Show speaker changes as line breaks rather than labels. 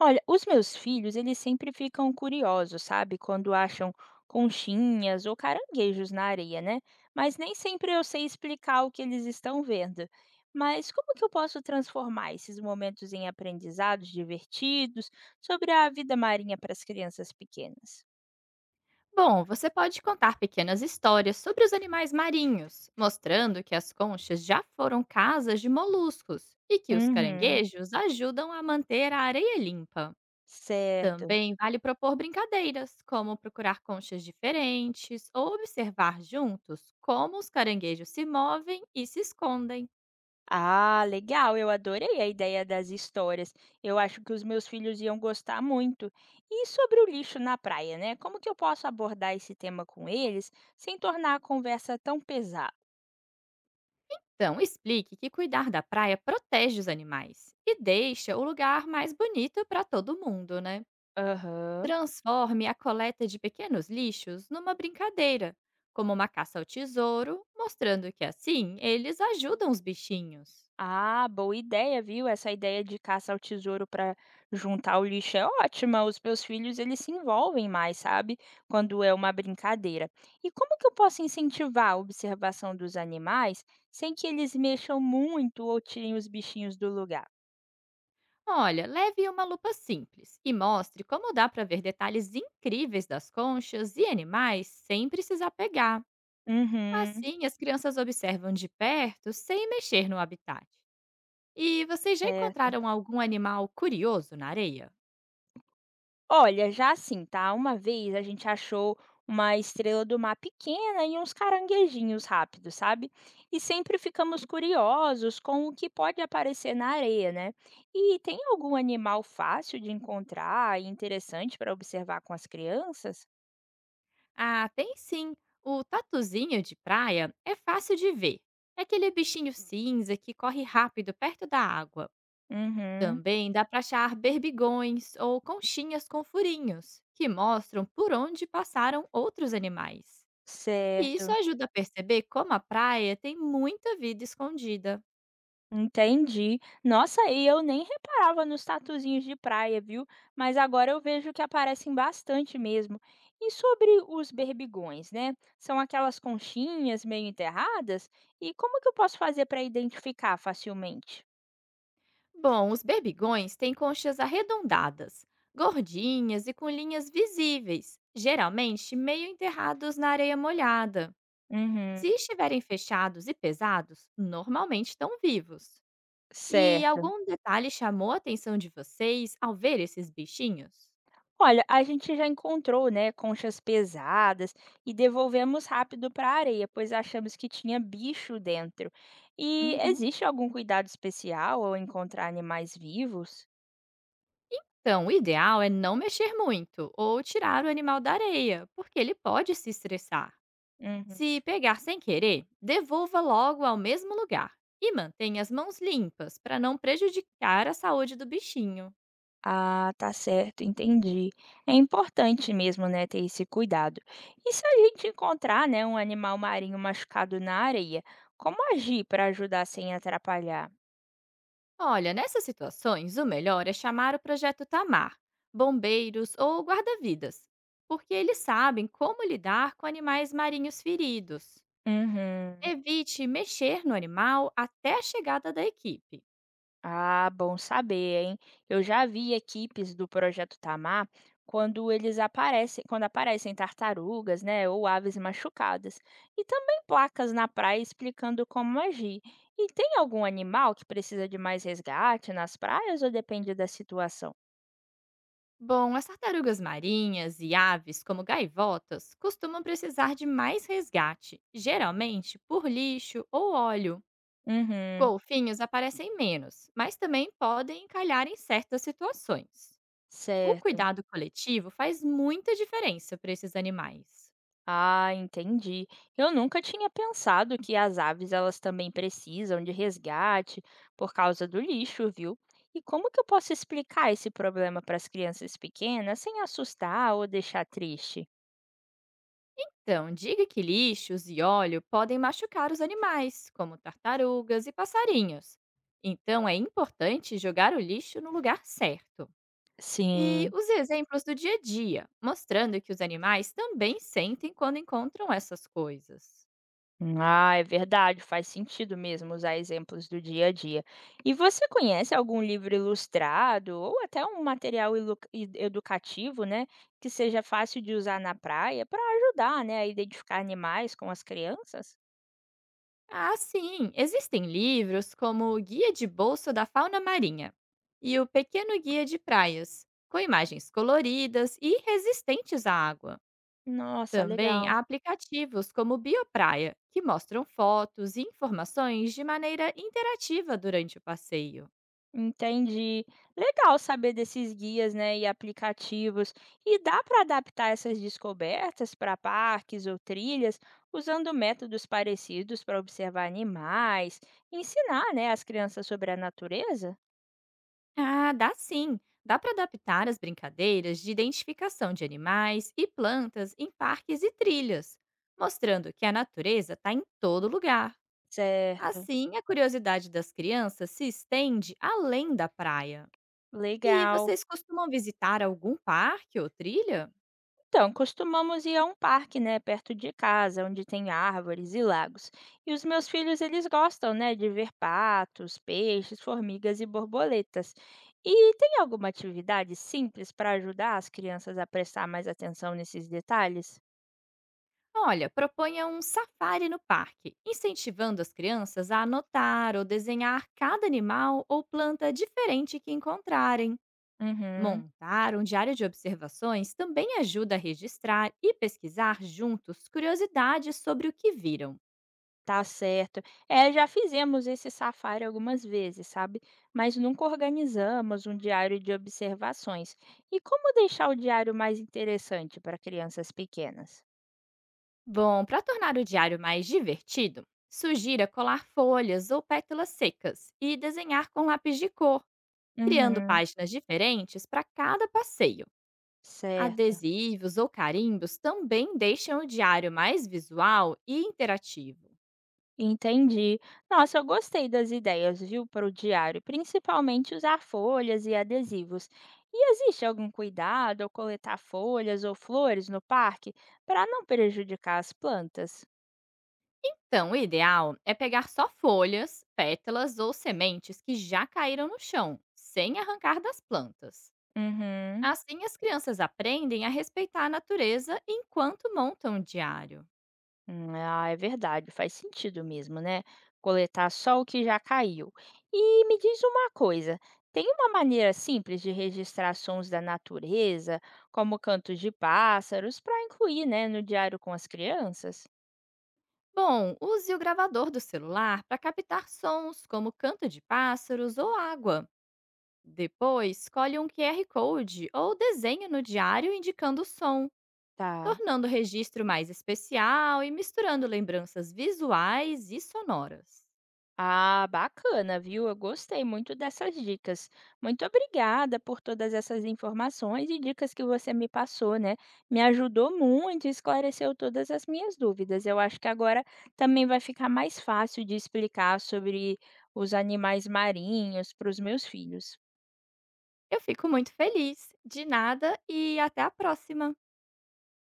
Olha, os meus filhos, eles sempre ficam curiosos, sabe? Quando acham conchinhas ou caranguejos na areia, né? Mas nem sempre eu sei explicar o que eles estão vendo. Mas como que eu posso transformar esses momentos em aprendizados divertidos sobre a vida marinha para as crianças pequenas?
Bom, você pode contar pequenas histórias sobre os animais marinhos, mostrando que as conchas já foram casas de moluscos e que os
Uhum,
caranguejos ajudam a manter a areia limpa.
certo.
Também vale propor brincadeiras, como procurar conchas diferentes ou observar juntos como os caranguejos se movem e se escondem.
Ah, legal, eu adorei a ideia das histórias. Eu acho que os meus filhos iam gostar muito. E sobre o lixo na praia, né? Como que eu posso abordar esse tema com eles sem tornar a conversa tão pesada?
Então, explique que cuidar da praia protege os animais e deixa o lugar mais bonito para todo mundo, né?
Aham.
Transforme a coleta de pequenos lixos numa brincadeira, como uma caça ao tesouro, mostrando que assim eles ajudam os bichinhos.
Ah, boa ideia, viu? Essa ideia de caça ao tesouro para juntar o lixo é ótima. Os meus filhos, eles se envolvem mais, sabe? Quando é uma brincadeira. E como que eu posso incentivar a observação dos animais sem que eles mexam muito ou tirem os bichinhos do lugar?
Olha, leve uma lupa simples e mostre como dá para ver detalhes incríveis das conchas e animais sem precisar pegar.
Uhum,
Assim, as crianças observam de perto sem mexer no habitat. E vocês já
certo.
encontraram algum animal curioso na areia?
Olha, já assim, tá? Uma vez a gente achou uma estrela do mar pequena e uns caranguejinhos rápidos, sabe? E sempre ficamos curiosos com o que pode aparecer na areia, né? E tem algum animal fácil de encontrar e interessante para observar com as crianças?
Ah, tem sim. O tatuzinho de praia é fácil de ver. É aquele bichinho cinza que corre rápido perto da água.
Uhum,
Também dá para achar berbigões ou conchinhas com furinhos, que mostram por onde passaram outros animais. E isso
certo.
ajuda a perceber como a praia tem muita vida escondida.
Entendi. Nossa, e eu nem reparava nos tatuzinhos de praia, viu? Mas agora eu vejo que aparecem bastante mesmo. E sobre os berbigões, né? São aquelas conchinhas meio enterradas? E como que eu posso fazer para identificar facilmente?
Bom, os berbigões têm conchas arredondadas, gordinhas e com linhas visíveis, geralmente meio enterrados na areia molhada.
Uhum,
Se estiverem fechados e pesados, normalmente estão vivos. E
certo.
algum detalhe chamou a atenção de vocês ao ver esses bichinhos?
Olha, a gente já encontrou, né, conchas pesadas e devolvemos rápido para a areia, pois achamos que tinha bicho dentro. E
Uhum.
existe algum cuidado especial ao encontrar animais vivos?
Então, o ideal é não mexer muito ou tirar o animal da areia, porque ele pode se estressar.
Uhum.
Se pegar sem querer, devolva logo ao mesmo lugar e mantenha as mãos limpas para não prejudicar a saúde do bichinho.
Ah, tá certo, entendi. É importante mesmo, né, ter esse cuidado. E se a gente encontrar, né, um animal marinho machucado na areia, como agir para ajudar sem atrapalhar?
Olha, nessas situações, o melhor é chamar o projeto Tamar, bombeiros ou guarda-vidas, porque eles sabem como lidar com animais marinhos feridos.
Uhum.
Evite mexer no animal até a chegada da equipe.
Ah, bom saber, hein? Eu já vi equipes do Projeto Tamar quando eles aparecem, quando aparecem tartarugas, né, ou aves machucadas, e também placas na praia explicando como agir. E tem algum animal que precisa de mais resgate nas praias ou depende da situação?
Bom, as tartarugas marinhas e aves, como gaivotas, costumam precisar de mais resgate, geralmente por lixo ou óleo.
Uhum,
Golfinhos aparecem menos, mas também podem encalhar em certas situações. O
certo.
cuidado coletivo faz muita diferença para esses animais.
Ah, entendi. Eu nunca tinha pensado que as aves elas também precisam de resgate por causa do lixo, viu? E como que eu posso explicar esse problema para as crianças pequenas sem assustar ou deixar triste?
Então, diga que lixos e óleo podem machucar os animais, como tartarugas e passarinhos. Então, é importante jogar o lixo no lugar certo. E
Sim.
os exemplos do dia a dia, mostrando que os animais também sentem quando encontram essas coisas.
Ah, é verdade, faz sentido mesmo usar exemplos do dia a dia. E você conhece algum livro ilustrado ou até um material educativo, né, que seja fácil de usar na praia para ajudar, né, a identificar animais com as crianças?
Ah, sim! Existem livros como o Guia de Bolso da Fauna Marinha e o Pequeno Guia de Praias, com imagens coloridas e resistentes à água.
Nossa,
Também
legal.
há aplicativos como o Biopraia, que mostram fotos e informações de maneira interativa durante o passeio.
Entendi. Legal saber desses guias, né, e aplicativos. E dá para adaptar essas descobertas para parques ou trilhas usando métodos parecidos para observar animais, ensinar, né, as crianças sobre a natureza?
Ah, dá sim. Dá para adaptar as brincadeiras de identificação de animais e plantas em parques e trilhas, mostrando que a natureza está em todo lugar.
Certo.
Assim, a curiosidade das crianças se estende além da praia. E
Legal.
vocês costumam visitar algum parque ou trilha?
Então, costumamos ir a um parque, né, perto de casa, onde tem árvores e lagos. E os meus filhos, eles gostam, né, de ver patos, peixes, formigas e borboletas. E tem alguma atividade simples para ajudar as crianças a prestar mais atenção nesses detalhes?
Olha, proponha um safari no parque, incentivando as crianças a anotar ou desenhar cada animal ou planta diferente que encontrarem.
Uhum,
Montar um diário de observações também ajuda a registrar e pesquisar juntos curiosidades sobre o que viram.
tá certo. É, já fizemos esse safari algumas vezes, sabe? Mas nunca organizamos um diário de observações. E como deixar o diário mais interessante para crianças pequenas?
Bom, para tornar o diário mais divertido, sugira colar folhas ou pétalas secas e desenhar com lápis de cor, criando
Uhum.
páginas diferentes para cada passeio.
Certo,
Adesivos ou carimbos também deixam o diário mais visual e interativo.
entendi. Nossa, eu gostei das ideias, viu, para o diário, principalmente usar folhas e adesivos. E existe algum cuidado ao coletar folhas ou flores no parque para não prejudicar as plantas?
Então, o ideal é pegar só folhas, pétalas ou sementes que já caíram no chão, sem arrancar das plantas.
Uhum.
Assim, as crianças aprendem a respeitar a natureza enquanto montam o diário.
Ah, é verdade, faz sentido mesmo, né? Coletar só o que já caiu. E me diz uma coisa, tem uma maneira simples de registrar sons da natureza, como cantos de pássaros, para incluir, né, no diário com as crianças?
Bom, use o gravador do celular para captar sons como canto de pássaros ou água. Depois, colhe um QR Code ou desenho no diário indicando o som,
Tá.
tornando o registro mais especial e misturando lembranças visuais e sonoras.
Ah, bacana, viu? Eu gostei muito dessas dicas. Muito obrigada por todas essas informações e dicas que você me passou, né? Me ajudou muito e esclareceu todas as minhas dúvidas. Eu acho que agora também vai ficar mais fácil de explicar sobre os animais marinhos para os meus filhos.
Eu fico muito feliz. De nada e até a próxima.